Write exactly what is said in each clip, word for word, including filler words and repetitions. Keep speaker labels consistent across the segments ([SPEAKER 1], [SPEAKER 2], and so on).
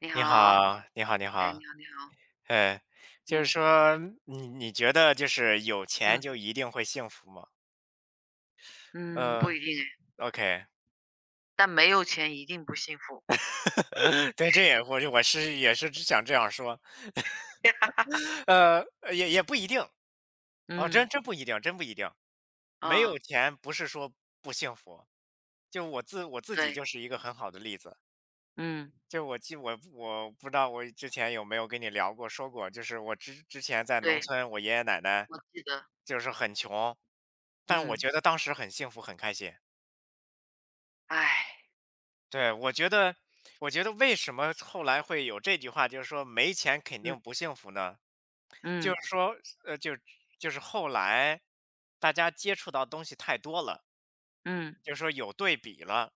[SPEAKER 1] 你
[SPEAKER 2] 你
[SPEAKER 1] 好。
[SPEAKER 2] 好，你好，你
[SPEAKER 1] 哎，你
[SPEAKER 2] 好，
[SPEAKER 1] 好，你好。
[SPEAKER 2] 哎，就是
[SPEAKER 1] 嗯
[SPEAKER 2] 说，你你觉得就是有钱
[SPEAKER 1] 嗯
[SPEAKER 2] 就一定会幸福吗？
[SPEAKER 1] 嗯，不
[SPEAKER 2] 呃
[SPEAKER 1] 一定哎，
[SPEAKER 2] ，OK，
[SPEAKER 1] 但没有钱一定不幸福。
[SPEAKER 2] 对，这也我我是也是只想这样说，呃，也也不一定，哦，真
[SPEAKER 1] 嗯
[SPEAKER 2] 真不一定，真不一定，没有
[SPEAKER 1] 啊。
[SPEAKER 2] 钱不是说不幸福，就我自我自己
[SPEAKER 1] 对。
[SPEAKER 2] 就是一个很好的例子。
[SPEAKER 1] 嗯。
[SPEAKER 2] 就我记我我不知道我之前有没有跟你聊过说过，就是我之之前在农
[SPEAKER 1] 对，
[SPEAKER 2] 村，我爷爷奶奶
[SPEAKER 1] 我记得。
[SPEAKER 2] 就是很穷，但我
[SPEAKER 1] 嗯。
[SPEAKER 2] 觉得当时很幸福很开心。
[SPEAKER 1] 哎。
[SPEAKER 2] 对，我觉得我觉得为什么后来会有这句话，就是说没钱肯定不
[SPEAKER 1] 嗯
[SPEAKER 2] 幸福呢？就
[SPEAKER 1] 嗯
[SPEAKER 2] 是说，呃，就就是后来大家接触到东西太多了，
[SPEAKER 1] 嗯
[SPEAKER 2] 就是说有对比了，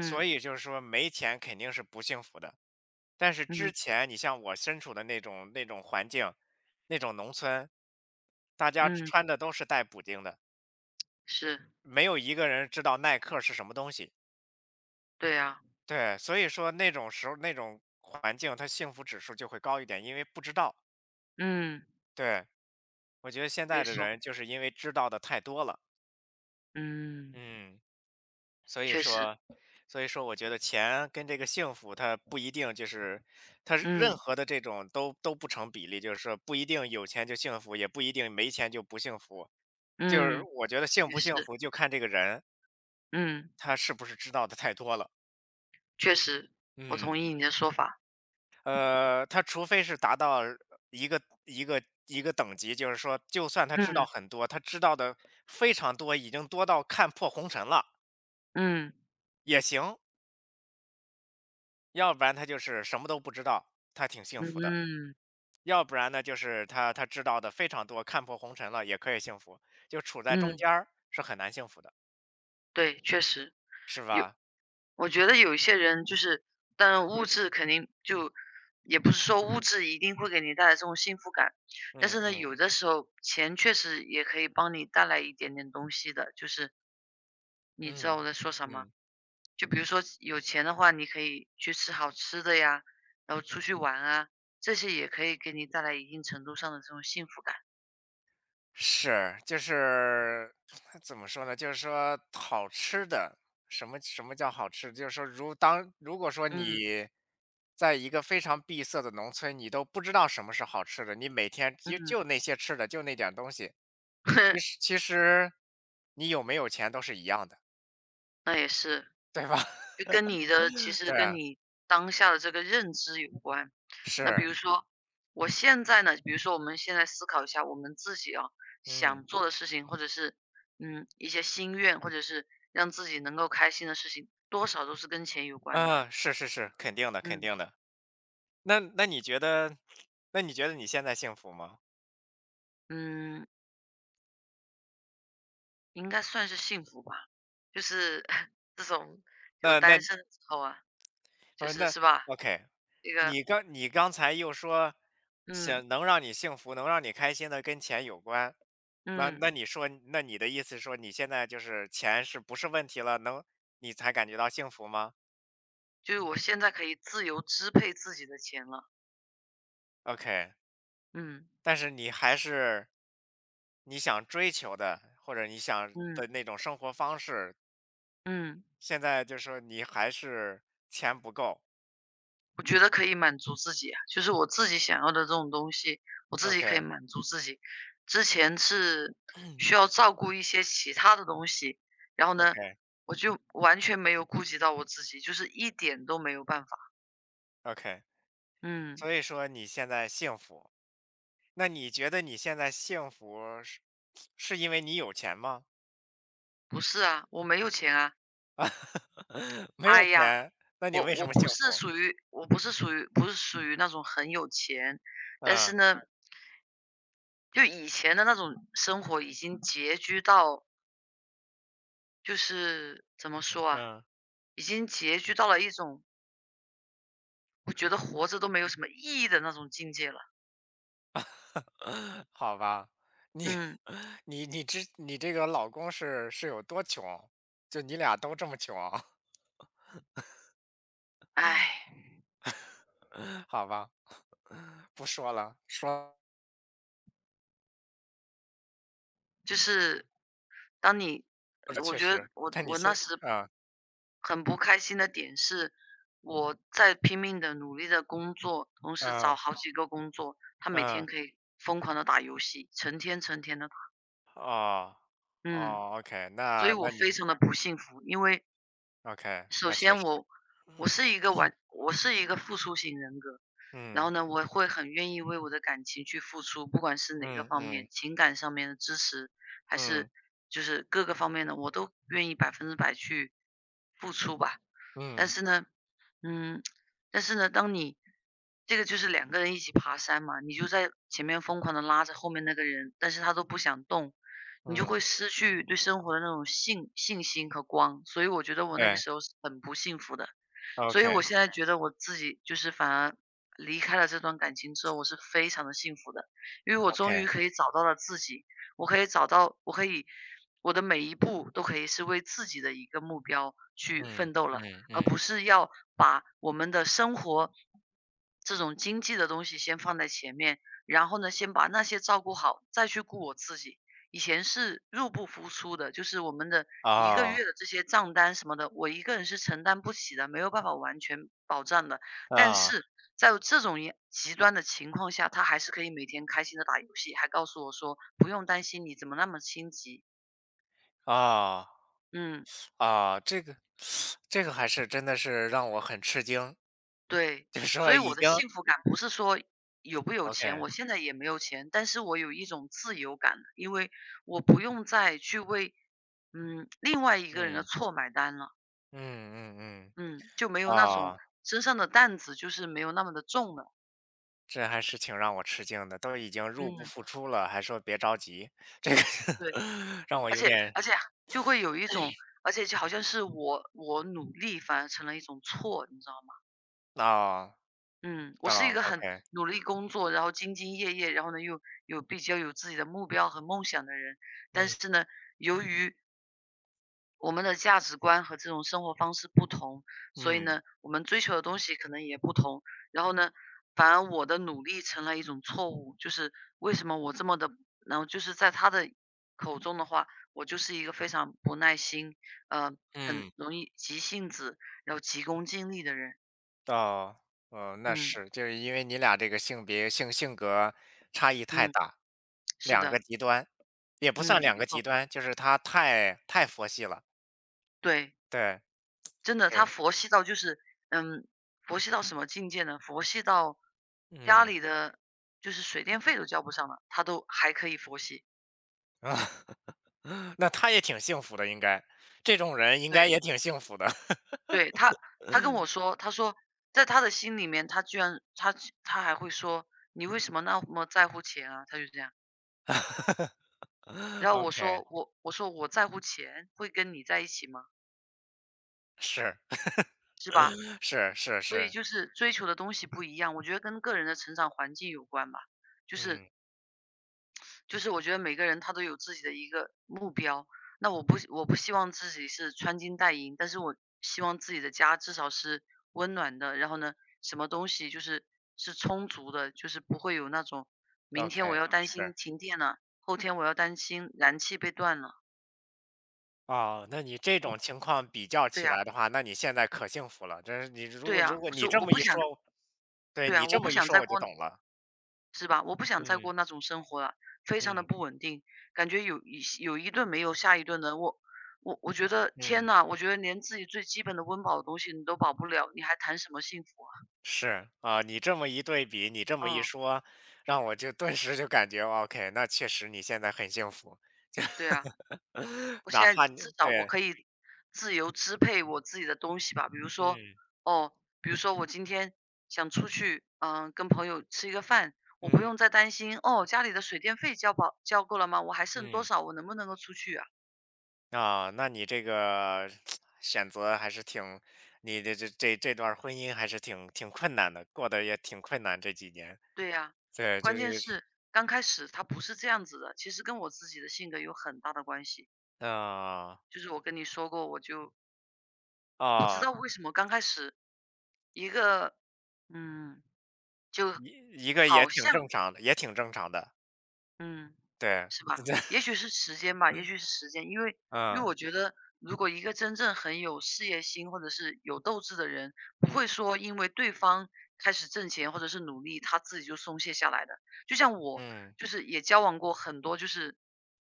[SPEAKER 2] 所以就是说没钱肯定是不幸福的。但是
[SPEAKER 1] 嗯
[SPEAKER 2] 之前你像我身处的那种那种环境，那种农村，大家
[SPEAKER 1] 嗯。
[SPEAKER 2] 穿的都是带补丁的，
[SPEAKER 1] 是。
[SPEAKER 2] 没有一个人知道耐克是什么东西。
[SPEAKER 1] 对啊。
[SPEAKER 2] 对，所以说那种时候那种环境，它幸福指数就会高一点，因为不知道。
[SPEAKER 1] 嗯。
[SPEAKER 2] 对，我觉得现在
[SPEAKER 1] 没
[SPEAKER 2] 的
[SPEAKER 1] 错。
[SPEAKER 2] 人就是因为知道的太多了，
[SPEAKER 1] 嗯。
[SPEAKER 2] 嗯，所以
[SPEAKER 1] 确实。
[SPEAKER 2] 说，所以说我觉得钱跟这个幸福它不一定就是，它任
[SPEAKER 1] 嗯
[SPEAKER 2] 何的这种都都不成比例，就是说不一定有钱就幸福，也不一定没钱就不幸福。就是
[SPEAKER 1] 嗯。
[SPEAKER 2] 我觉得幸
[SPEAKER 1] 也
[SPEAKER 2] 不
[SPEAKER 1] 是。
[SPEAKER 2] 幸福就看这个人，
[SPEAKER 1] 嗯。
[SPEAKER 2] 他是不是知道的太多了。
[SPEAKER 1] 确实。我
[SPEAKER 2] 嗯。
[SPEAKER 1] 同意你的说法。
[SPEAKER 2] 呃，他除非是达到一个一个一个等级，就是说就算他知道
[SPEAKER 1] 嗯
[SPEAKER 2] 很多，他知道的非常多，已经多到看破红尘了，
[SPEAKER 1] 嗯
[SPEAKER 2] 也行。要不然他就是什么都不知道，他挺幸
[SPEAKER 1] 嗯
[SPEAKER 2] 福的；
[SPEAKER 1] 嗯
[SPEAKER 2] 要不然呢，就是他他知道的非常多，看破红尘了，也可以幸福。就处在中
[SPEAKER 1] 嗯。
[SPEAKER 2] 间儿是很难幸福的，
[SPEAKER 1] 对，确实
[SPEAKER 2] 是
[SPEAKER 1] 有。
[SPEAKER 2] 吧？
[SPEAKER 1] 我觉得有一些人就是，当然物质肯定就也不是说物质一定会给你带来这种幸福感，但
[SPEAKER 2] 嗯
[SPEAKER 1] 是呢，
[SPEAKER 2] 嗯
[SPEAKER 1] 有的时候钱确实也可以帮你带来一点点东西的，就是你知道
[SPEAKER 2] 嗯。
[SPEAKER 1] 我在说什么？
[SPEAKER 2] 嗯。
[SPEAKER 1] 就比如说有钱的话，你可以去吃好吃的呀，然后出去玩啊，这些也可以给你带来一定程度上的这种幸福感。
[SPEAKER 2] 是，就是怎么说呢？就是说好吃的，什么什么叫好吃？就是说如当如果说
[SPEAKER 1] 嗯
[SPEAKER 2] 你在一个非常闭塞的农村，你都不知道什么是好吃的，你每天就
[SPEAKER 1] 嗯。
[SPEAKER 2] 就那些吃的，就那点儿东西，其实 其实你有没有钱都是一样的，
[SPEAKER 1] 那也是。
[SPEAKER 2] 对吧？
[SPEAKER 1] 就跟你的其 实
[SPEAKER 2] 对
[SPEAKER 1] 跟
[SPEAKER 2] 啊，
[SPEAKER 1] 你当下的这个认知有关。那比
[SPEAKER 2] 是，
[SPEAKER 1] 如说，我现在呢，比如说我们现在思考一下我们自己啊，
[SPEAKER 2] 嗯
[SPEAKER 1] 想做的事情，或者是嗯一些心愿，或者是让自己能够开心的事情，多少都是跟钱有关的。
[SPEAKER 2] 啊，是是是，肯定的，肯
[SPEAKER 1] 嗯
[SPEAKER 2] 定的。那那你觉得，那你觉得你现在幸福吗？
[SPEAKER 1] 嗯，应该算是幸福吧。就是 这种有
[SPEAKER 2] 那那
[SPEAKER 1] 单身的时候啊，
[SPEAKER 2] 不
[SPEAKER 1] 就
[SPEAKER 2] 是，
[SPEAKER 1] 是
[SPEAKER 2] 那
[SPEAKER 1] 是吧？
[SPEAKER 2] OK，
[SPEAKER 1] 这个。
[SPEAKER 2] 你刚你刚才又说
[SPEAKER 1] 嗯
[SPEAKER 2] 想能让你幸福、能让你开心的跟钱有关，那
[SPEAKER 1] 嗯。
[SPEAKER 2] 那你说，那你的意思说你现在就是钱是不是问题了，能你才感觉到幸福吗
[SPEAKER 1] 就是我现在可以自由支配自己的钱了。
[SPEAKER 2] ？OK，
[SPEAKER 1] 嗯
[SPEAKER 2] 但是你还是你想追求的或者你想
[SPEAKER 1] 嗯。
[SPEAKER 2] 的那种生活方式，
[SPEAKER 1] 嗯，
[SPEAKER 2] 现在就是说你还是钱不够。
[SPEAKER 1] 我觉得可以满足自己啊，就是我自己想要的这种东西，我自己
[SPEAKER 2] OK
[SPEAKER 1] 可以满足自己。之前是需要照顾一些其他的东西，然后呢，
[SPEAKER 2] OK
[SPEAKER 1] 我就完全没有顾及到我自己，就是一点都没有办法。
[SPEAKER 2] OK，
[SPEAKER 1] 嗯。
[SPEAKER 2] 所以说你现在幸福。那你觉得你现在幸福是是因为你有钱吗？
[SPEAKER 1] 不是啊，我没有钱啊。
[SPEAKER 2] 没有
[SPEAKER 1] 哎呀。
[SPEAKER 2] 钱，那你
[SPEAKER 1] 我
[SPEAKER 2] 为什
[SPEAKER 1] 我
[SPEAKER 2] 么
[SPEAKER 1] 不
[SPEAKER 2] 幸
[SPEAKER 1] 是
[SPEAKER 2] 福？
[SPEAKER 1] 属于我不是属于不是属于那种很有钱，但
[SPEAKER 2] 嗯
[SPEAKER 1] 是呢，就以前的那种生活已经拮据到，就是怎么说啊？
[SPEAKER 2] 嗯，
[SPEAKER 1] 已经拮据到了一种我觉得活着都没有什么意义的那种境界了。
[SPEAKER 2] 好吧，你
[SPEAKER 1] 嗯，
[SPEAKER 2] 你你之你这个老公是是有多穷？就你俩都这么穷啊？
[SPEAKER 1] 唉，
[SPEAKER 2] 好吧，不说了，说
[SPEAKER 1] 就是当你
[SPEAKER 2] 了
[SPEAKER 1] 我
[SPEAKER 2] 确
[SPEAKER 1] 觉得
[SPEAKER 2] 实。
[SPEAKER 1] 我
[SPEAKER 2] 那你
[SPEAKER 1] 我那
[SPEAKER 2] 先，
[SPEAKER 1] 时
[SPEAKER 2] 嗯
[SPEAKER 1] 很不开心的点是，我在拼命的努力的工作，同时找
[SPEAKER 2] 嗯
[SPEAKER 1] 好几个工作，他每
[SPEAKER 2] 嗯，
[SPEAKER 1] 天可以疯狂的打游戏，成天成天的打。
[SPEAKER 2] 哦
[SPEAKER 1] 嗯，
[SPEAKER 2] 哦，OK，
[SPEAKER 1] 所以
[SPEAKER 2] 那
[SPEAKER 1] 我
[SPEAKER 2] 那你
[SPEAKER 1] 非常的不幸福，因为
[SPEAKER 2] OK，
[SPEAKER 1] 首
[SPEAKER 2] 那确
[SPEAKER 1] 先
[SPEAKER 2] 实，
[SPEAKER 1] 我我是一个 完我是一个付出型人格，然后
[SPEAKER 2] 嗯
[SPEAKER 1] 呢，我会很愿意为我的感情去付出，不管是哪个
[SPEAKER 2] 嗯
[SPEAKER 1] 方
[SPEAKER 2] 嗯
[SPEAKER 1] 面，情感上面的支持，还
[SPEAKER 2] 嗯。
[SPEAKER 1] 是就是各个方面的，我都愿意百分之百去付出吧。但
[SPEAKER 2] 嗯，
[SPEAKER 1] 是呢，嗯，但是呢，当你这个就是两个人一起爬山嘛，你就在前面疯狂的拉着后面那个人，但是他都不想动，你就
[SPEAKER 2] 嗯，
[SPEAKER 1] 会失去对生活的那种信信心和光，所以我觉得我那个
[SPEAKER 2] 对
[SPEAKER 1] 时候是很不幸福的。所以
[SPEAKER 2] ，OK，OK，
[SPEAKER 1] 我现在觉得我自己就是反而离开了这段感情之后，我是非常的幸福的，因为我终于可以找到了自己，我可以找到我可以我的每一步都可以是为自己的一个目标去
[SPEAKER 2] 嗯，
[SPEAKER 1] 奋斗了，
[SPEAKER 2] 嗯，
[SPEAKER 1] 而
[SPEAKER 2] 嗯，
[SPEAKER 1] 不是要把我们的生活这种经济的东西先放在前面，然后呢，先把那些照顾好，再去顾我自己。以前是入不敷出的，就是我们的一个
[SPEAKER 2] 哦，
[SPEAKER 1] 月的这些账单什么的，我一个人是承担不起的，没有办法完全保障的。但
[SPEAKER 2] 啊，
[SPEAKER 1] 是在这种也极端的情况下，他还是可以每天开心的打游戏，还告诉我说不用担心，你怎么那么心急？
[SPEAKER 2] 啊，
[SPEAKER 1] 嗯，
[SPEAKER 2] 啊，这个 这个还是真的是让我很吃惊，
[SPEAKER 1] 对，
[SPEAKER 2] 就是
[SPEAKER 1] 所
[SPEAKER 2] 说
[SPEAKER 1] 以
[SPEAKER 2] 已
[SPEAKER 1] 我的
[SPEAKER 2] 经
[SPEAKER 1] 幸福感不是说有不有钱，
[SPEAKER 2] OK，
[SPEAKER 1] 我现在也没有钱，但是我有一种自由感，因为我不用再去为嗯另外一个人的
[SPEAKER 2] 嗯，
[SPEAKER 1] 错买单了，
[SPEAKER 2] 嗯嗯嗯，
[SPEAKER 1] 嗯，就没有那种
[SPEAKER 2] 啊，
[SPEAKER 1] 身上的担子就是没有那么的重了。
[SPEAKER 2] 这还是挺让我吃惊的，都已经入不
[SPEAKER 1] 嗯。
[SPEAKER 2] 敷出了，还说别着急，这个
[SPEAKER 1] 对，
[SPEAKER 2] 让我
[SPEAKER 1] 而
[SPEAKER 2] 有
[SPEAKER 1] 且
[SPEAKER 2] 点，
[SPEAKER 1] 而且就会有一种而且就好像是我我努力反而成了一种错，你知道吗？
[SPEAKER 2] 啊，
[SPEAKER 1] 嗯，我是
[SPEAKER 2] 啊
[SPEAKER 1] 一个很
[SPEAKER 2] ，OK，
[SPEAKER 1] 努力工作，然后兢兢业业，然后呢又有比较有自己的目标和梦想的人，但
[SPEAKER 2] 嗯
[SPEAKER 1] 是呢，由于我们的价值观和这种生活方式不同，所以
[SPEAKER 2] 嗯
[SPEAKER 1] 呢，我们追求的东西可能也不同。然后呢，反而我的努力成了一种错误，就是为什么我这么的，然后就是在他的口中的话，我就是一个非常不耐心，呃，很
[SPEAKER 2] 嗯。
[SPEAKER 1] 容易急性子，然后急功近利的人。
[SPEAKER 2] 哦，嗯，那
[SPEAKER 1] 嗯
[SPEAKER 2] 是，就是因为你俩这个性别性性格差异太
[SPEAKER 1] 嗯，
[SPEAKER 2] 大，
[SPEAKER 1] 是
[SPEAKER 2] 两个
[SPEAKER 1] 的。
[SPEAKER 2] 极端，也不
[SPEAKER 1] 嗯，
[SPEAKER 2] 算两
[SPEAKER 1] 没
[SPEAKER 2] 个极
[SPEAKER 1] 错，
[SPEAKER 2] 端，就是他太太佛系了，
[SPEAKER 1] 对。
[SPEAKER 2] 对，
[SPEAKER 1] 真的，他
[SPEAKER 2] 是，
[SPEAKER 1] 佛系到就是。嗯。佛系到什么境界呢？佛系到家
[SPEAKER 2] 嗯，
[SPEAKER 1] 里的就是水电费都交不上了，他都还可以佛系。
[SPEAKER 2] 那他也挺幸福的，应该，这种人应
[SPEAKER 1] 对，
[SPEAKER 2] 该也挺幸福的
[SPEAKER 1] 对，他他跟我说，他说在他的心里面，他居然他他还会说："你为什么那么在乎钱啊？"他就这样。然后我
[SPEAKER 2] ，OK，
[SPEAKER 1] 说："我我说我在乎钱，会跟你在一起吗？
[SPEAKER 2] 是
[SPEAKER 1] 是吧？"
[SPEAKER 2] 是是
[SPEAKER 1] 所以
[SPEAKER 2] 是，
[SPEAKER 1] 就是追求的东西不一样，我觉得跟个人的成长环境有关吧。就是
[SPEAKER 2] 嗯
[SPEAKER 1] 就是我觉得每个人他都有自己的一个目标，那我不我不希望自己是穿金戴银，但是我希望自己的家至少是温暖的，然后呢，什么东西就是是充足的，就是不会有那种明天我
[SPEAKER 2] ，OK，
[SPEAKER 1] 要担心
[SPEAKER 2] 是。
[SPEAKER 1] 停电了，后天我要担心燃气被断了。
[SPEAKER 2] 哦，那你这
[SPEAKER 1] 哦，
[SPEAKER 2] 种情况比较
[SPEAKER 1] 对
[SPEAKER 2] 起
[SPEAKER 1] 呀，
[SPEAKER 2] 来的话，那你现在可幸福了。真是你如
[SPEAKER 1] 对
[SPEAKER 2] 果如
[SPEAKER 1] 呀，
[SPEAKER 2] 果你
[SPEAKER 1] 所以
[SPEAKER 2] 这
[SPEAKER 1] 我
[SPEAKER 2] 么一
[SPEAKER 1] 不想
[SPEAKER 2] 说，对
[SPEAKER 1] 对
[SPEAKER 2] 你
[SPEAKER 1] 呀，
[SPEAKER 2] 这
[SPEAKER 1] 我不
[SPEAKER 2] 么一
[SPEAKER 1] 想
[SPEAKER 2] 说，
[SPEAKER 1] 再
[SPEAKER 2] 我就
[SPEAKER 1] 过
[SPEAKER 2] 懂了。
[SPEAKER 1] 是吧？我不想再
[SPEAKER 2] 嗯
[SPEAKER 1] 过那种生活了，非常的
[SPEAKER 2] 嗯
[SPEAKER 1] 不稳定，感觉有一有一顿没有下一顿的。我我我觉得天
[SPEAKER 2] 嗯，
[SPEAKER 1] 呐，我觉得连自己最基本的温饱的东西你都保不了，你还谈什么幸福啊？
[SPEAKER 2] 是啊，你这么一对比，你这么一
[SPEAKER 1] 嗯，
[SPEAKER 2] 说，让我就顿时就感觉 OK，那确实你现在很幸福，
[SPEAKER 1] 对啊，我现
[SPEAKER 2] 哪
[SPEAKER 1] 在
[SPEAKER 2] 怕你
[SPEAKER 1] 至少我
[SPEAKER 2] 对，
[SPEAKER 1] 可以自由支配我自己的东西吧，比如说
[SPEAKER 2] 嗯
[SPEAKER 1] 哦，比如说我今天想出去，嗯、跟朋友吃一个饭。我不用
[SPEAKER 2] 嗯
[SPEAKER 1] 再担心哦，家里的水电费交保交够了吗？我还剩多
[SPEAKER 2] 嗯
[SPEAKER 1] 少？我能不能够出去啊？
[SPEAKER 2] 啊，那你这个 选择还是挺，你的这这这段婚姻还是挺挺困难的，过得也挺困难这几年，
[SPEAKER 1] 对呀，
[SPEAKER 2] 对，就
[SPEAKER 1] 关
[SPEAKER 2] 是
[SPEAKER 1] 键是刚开始他不是这样子的，其实跟我自己的性格有很大的关系。
[SPEAKER 2] 啊
[SPEAKER 1] 就是我跟你说过，我就不知
[SPEAKER 2] 啊，
[SPEAKER 1] 道为什么刚开始一个，嗯，就
[SPEAKER 2] 一一个也
[SPEAKER 1] 好
[SPEAKER 2] 挺正
[SPEAKER 1] 像。
[SPEAKER 2] 常的，也挺正常的，
[SPEAKER 1] 嗯。
[SPEAKER 2] 对，
[SPEAKER 1] 是吧？也许是时间吧，也许是时间，因为因为
[SPEAKER 2] 嗯
[SPEAKER 1] 我觉得，如果一个真正很有事业心或者是有斗志的人，不会
[SPEAKER 2] 嗯
[SPEAKER 1] 说因为对方开始挣钱或者是努力，他自己就松懈下来的。就像我，
[SPEAKER 2] 嗯
[SPEAKER 1] 就是也交往过很多就是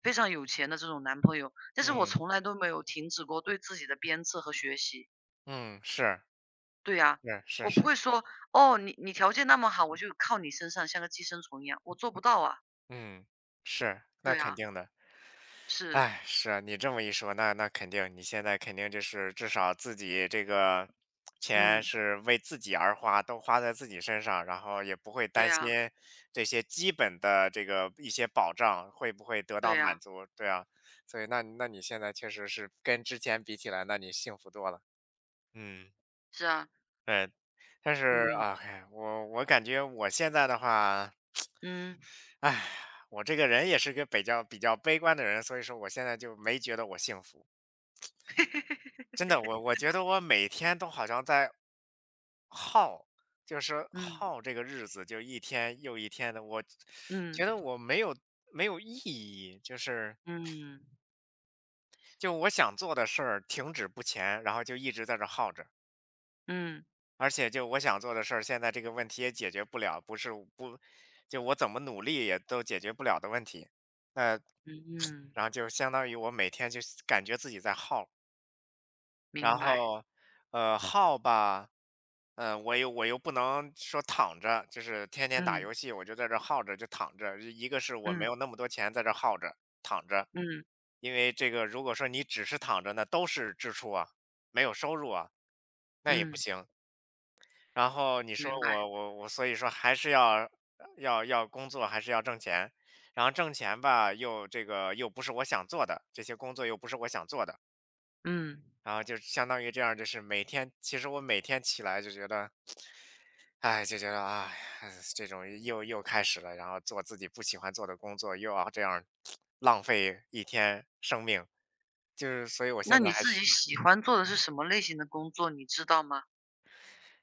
[SPEAKER 1] 非常有钱的这种男朋友，但是我
[SPEAKER 2] 嗯。
[SPEAKER 1] 从来都没有停止过对自己的鞭策和学习。
[SPEAKER 2] 嗯，是，
[SPEAKER 1] 对呀，
[SPEAKER 2] 是是
[SPEAKER 1] 我不
[SPEAKER 2] 是
[SPEAKER 1] 会
[SPEAKER 2] 是，
[SPEAKER 1] 说哦，你你条件那么好，我就靠你身上像个寄生虫一样，我做不到啊。
[SPEAKER 2] 嗯，是，那
[SPEAKER 1] 对
[SPEAKER 2] 肯
[SPEAKER 1] 啊。
[SPEAKER 2] 定的。
[SPEAKER 1] 是。
[SPEAKER 2] 哎，是啊，你这么一说，那那肯定，你现在肯定就是至少自己这个钱
[SPEAKER 1] 嗯。
[SPEAKER 2] 是为自己而花，都花在自己身上，然后也不会
[SPEAKER 1] 对
[SPEAKER 2] 担
[SPEAKER 1] 啊。
[SPEAKER 2] 心这些基本的这个一些保障会不会得到
[SPEAKER 1] 对
[SPEAKER 2] 满
[SPEAKER 1] 呀。
[SPEAKER 2] 足，对啊。所以那那你现在确实是跟之前比起来，那你幸福多了。嗯，
[SPEAKER 1] 是啊。
[SPEAKER 2] 对。但是，
[SPEAKER 1] 嗯。
[SPEAKER 2] 啊，唉，我我感觉我现在的话
[SPEAKER 1] 嗯
[SPEAKER 2] 唉，我这个人也是个比较比较悲观的人，所以说我现在就没觉得我幸福。真的，我我觉得我每天都好像在耗，就是
[SPEAKER 1] 嗯，
[SPEAKER 2] 耗这个日子，就一天又一天的。我
[SPEAKER 1] 嗯，
[SPEAKER 2] 觉得我没有没有意义，就是
[SPEAKER 1] 嗯，
[SPEAKER 2] 就我想做的事儿停止不前，然后就一直在这耗着。
[SPEAKER 1] 嗯，
[SPEAKER 2] 而且就我想做的事儿，现在这个问题也解决不了，不是不，就我怎么努力也都解决不了的问题。那。
[SPEAKER 1] 嗯嗯，
[SPEAKER 2] 然后就相当于我每天就是感觉自己在耗，然
[SPEAKER 1] 明白。
[SPEAKER 2] 后，呃，耗吧，嗯，我又我又不能说躺着，就是天天打
[SPEAKER 1] 嗯。
[SPEAKER 2] 游戏，我就在这儿耗着，就躺着。一个是我没
[SPEAKER 1] 嗯。
[SPEAKER 2] 有那么多钱在这儿耗着躺着，
[SPEAKER 1] 嗯。
[SPEAKER 2] 因为这个如果说你只是躺着那都是支出啊，没有收入啊，那也不
[SPEAKER 1] 嗯，
[SPEAKER 2] 行。然后你说
[SPEAKER 1] 明白。
[SPEAKER 2] 我我我，所以说还是要要要工作，还是要挣钱，然后挣钱吧，又这个又不是我想做的，这些工作又不是我想做的，
[SPEAKER 1] 嗯。
[SPEAKER 2] 然后就相当于这样，就是每天，其实我每天起来就觉得，哎，就觉得啊，唉这种又又开始了，然后做自己不喜欢做的工作，又要这样浪费一天生命，就是所以我
[SPEAKER 1] 那
[SPEAKER 2] 现在
[SPEAKER 1] 你
[SPEAKER 2] 还
[SPEAKER 1] 自
[SPEAKER 2] 是。
[SPEAKER 1] 己喜欢做的是什么类型的工作，你知道吗？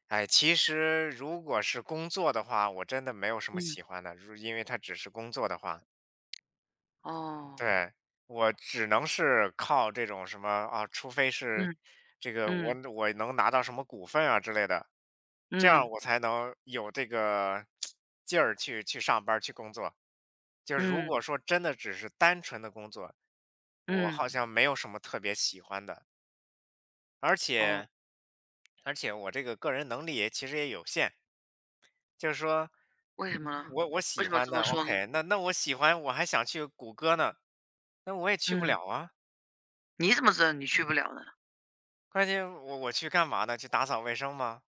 [SPEAKER 2] 哎，其实如果是工作的话，我真的没有什么
[SPEAKER 1] 嗯。
[SPEAKER 2] 喜欢的，如因为它只是工作的话，
[SPEAKER 1] 哦。
[SPEAKER 2] 对，我只能是靠这种什么啊，除非是
[SPEAKER 1] 嗯。
[SPEAKER 2] 这个我
[SPEAKER 1] 嗯。
[SPEAKER 2] 我能拿到什么股份啊之类的，这样
[SPEAKER 1] 嗯。
[SPEAKER 2] 我才能有这个劲儿去去上班儿去工作。就是如
[SPEAKER 1] 嗯。
[SPEAKER 2] 果说真的只是单纯的工作，我
[SPEAKER 1] 嗯。
[SPEAKER 2] 好像没有什么特别喜欢的，而
[SPEAKER 1] 哦，
[SPEAKER 2] 且而且我这个个人能力也其实也有限，就是说，
[SPEAKER 1] 为什么
[SPEAKER 2] 嗯
[SPEAKER 1] 呢？
[SPEAKER 2] 我我
[SPEAKER 1] 为
[SPEAKER 2] 喜
[SPEAKER 1] 什么
[SPEAKER 2] 欢
[SPEAKER 1] 这
[SPEAKER 2] 的
[SPEAKER 1] 么说呢？
[SPEAKER 2] ，OK，那那我喜欢我还想去谷歌呢，那我也去不
[SPEAKER 1] 嗯，
[SPEAKER 2] 了啊。
[SPEAKER 1] 你怎么知道你去不了呢？
[SPEAKER 2] 关键我我去干嘛呢？去打扫卫生吗？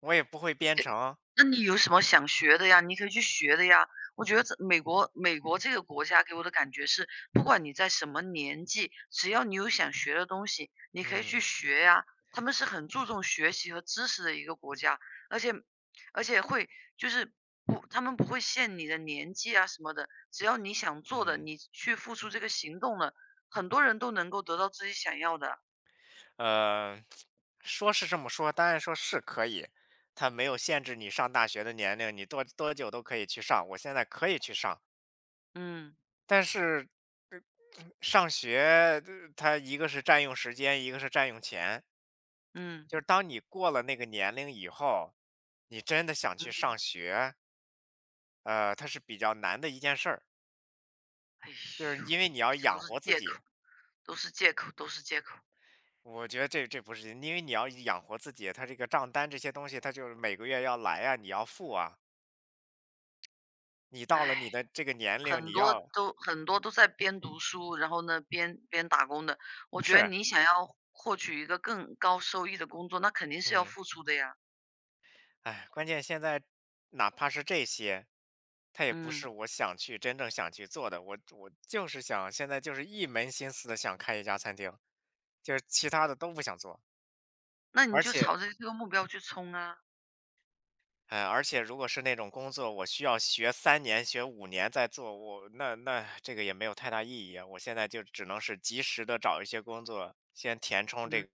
[SPEAKER 2] 我也不会编程。
[SPEAKER 1] 那你有什么想学的呀？你可以去学的呀。我觉得这美国美国这个国家给我的感觉是，不管你在什么年纪，只要你有想学的东西，你可以
[SPEAKER 2] 嗯
[SPEAKER 1] 去学呀。他们是很注重学习和知识的一个国家，而且而且会就是不，他们不会限你的年纪啊什么的，只要你想做的，
[SPEAKER 2] 嗯，
[SPEAKER 1] 你去付出这个行动了，很多人都能够得到自己想要的。
[SPEAKER 2] 呃，说是这么说，当然说是可以，它没有限制你上大学的年龄，你多多久都可以去上。我现在可以去上，
[SPEAKER 1] 嗯
[SPEAKER 2] 但是，呃上学呃它一个是占用时间，一个是占用钱。
[SPEAKER 1] 嗯
[SPEAKER 2] 就是当你过了那个年龄以后，你真的想去
[SPEAKER 1] 嗯，
[SPEAKER 2] 上学，呃，它是比较难的一件事儿，
[SPEAKER 1] 哎呦，
[SPEAKER 2] 就是因为你要
[SPEAKER 1] 这都
[SPEAKER 2] 养
[SPEAKER 1] 是
[SPEAKER 2] 活自
[SPEAKER 1] 借
[SPEAKER 2] 己。
[SPEAKER 1] 口。都是借口，都是借口。
[SPEAKER 2] 我觉得这这不是，因为你要养活自己，他这个账单这些东西，他就是每个月要来啊，你要付啊。你到了
[SPEAKER 1] 唉，
[SPEAKER 2] 你的这个年龄，
[SPEAKER 1] 很
[SPEAKER 2] 你
[SPEAKER 1] 多
[SPEAKER 2] 要
[SPEAKER 1] 都很多都在边读书，然后呢边边打工的。我觉得
[SPEAKER 2] 是，
[SPEAKER 1] 你想要获取一个更高收益的工作，那肯定是要
[SPEAKER 2] 嗯，
[SPEAKER 1] 付出的呀。
[SPEAKER 2] 哎，关键现在哪怕是这些，他也不
[SPEAKER 1] 嗯，
[SPEAKER 2] 是我想去真正想去做的。我我就是想现在就是一门心思的想开一家餐厅，就是其他的都不想做，
[SPEAKER 1] 那你
[SPEAKER 2] 而
[SPEAKER 1] 就
[SPEAKER 2] 且
[SPEAKER 1] 朝着这个目标去冲啊。
[SPEAKER 2] 哎，而且如果是那种工作，我需要学三年、学五年再做，我那那这个也没有太大意义啊。我现在就只能是及时的找一些工作，先填充这
[SPEAKER 1] 嗯。
[SPEAKER 2] 个。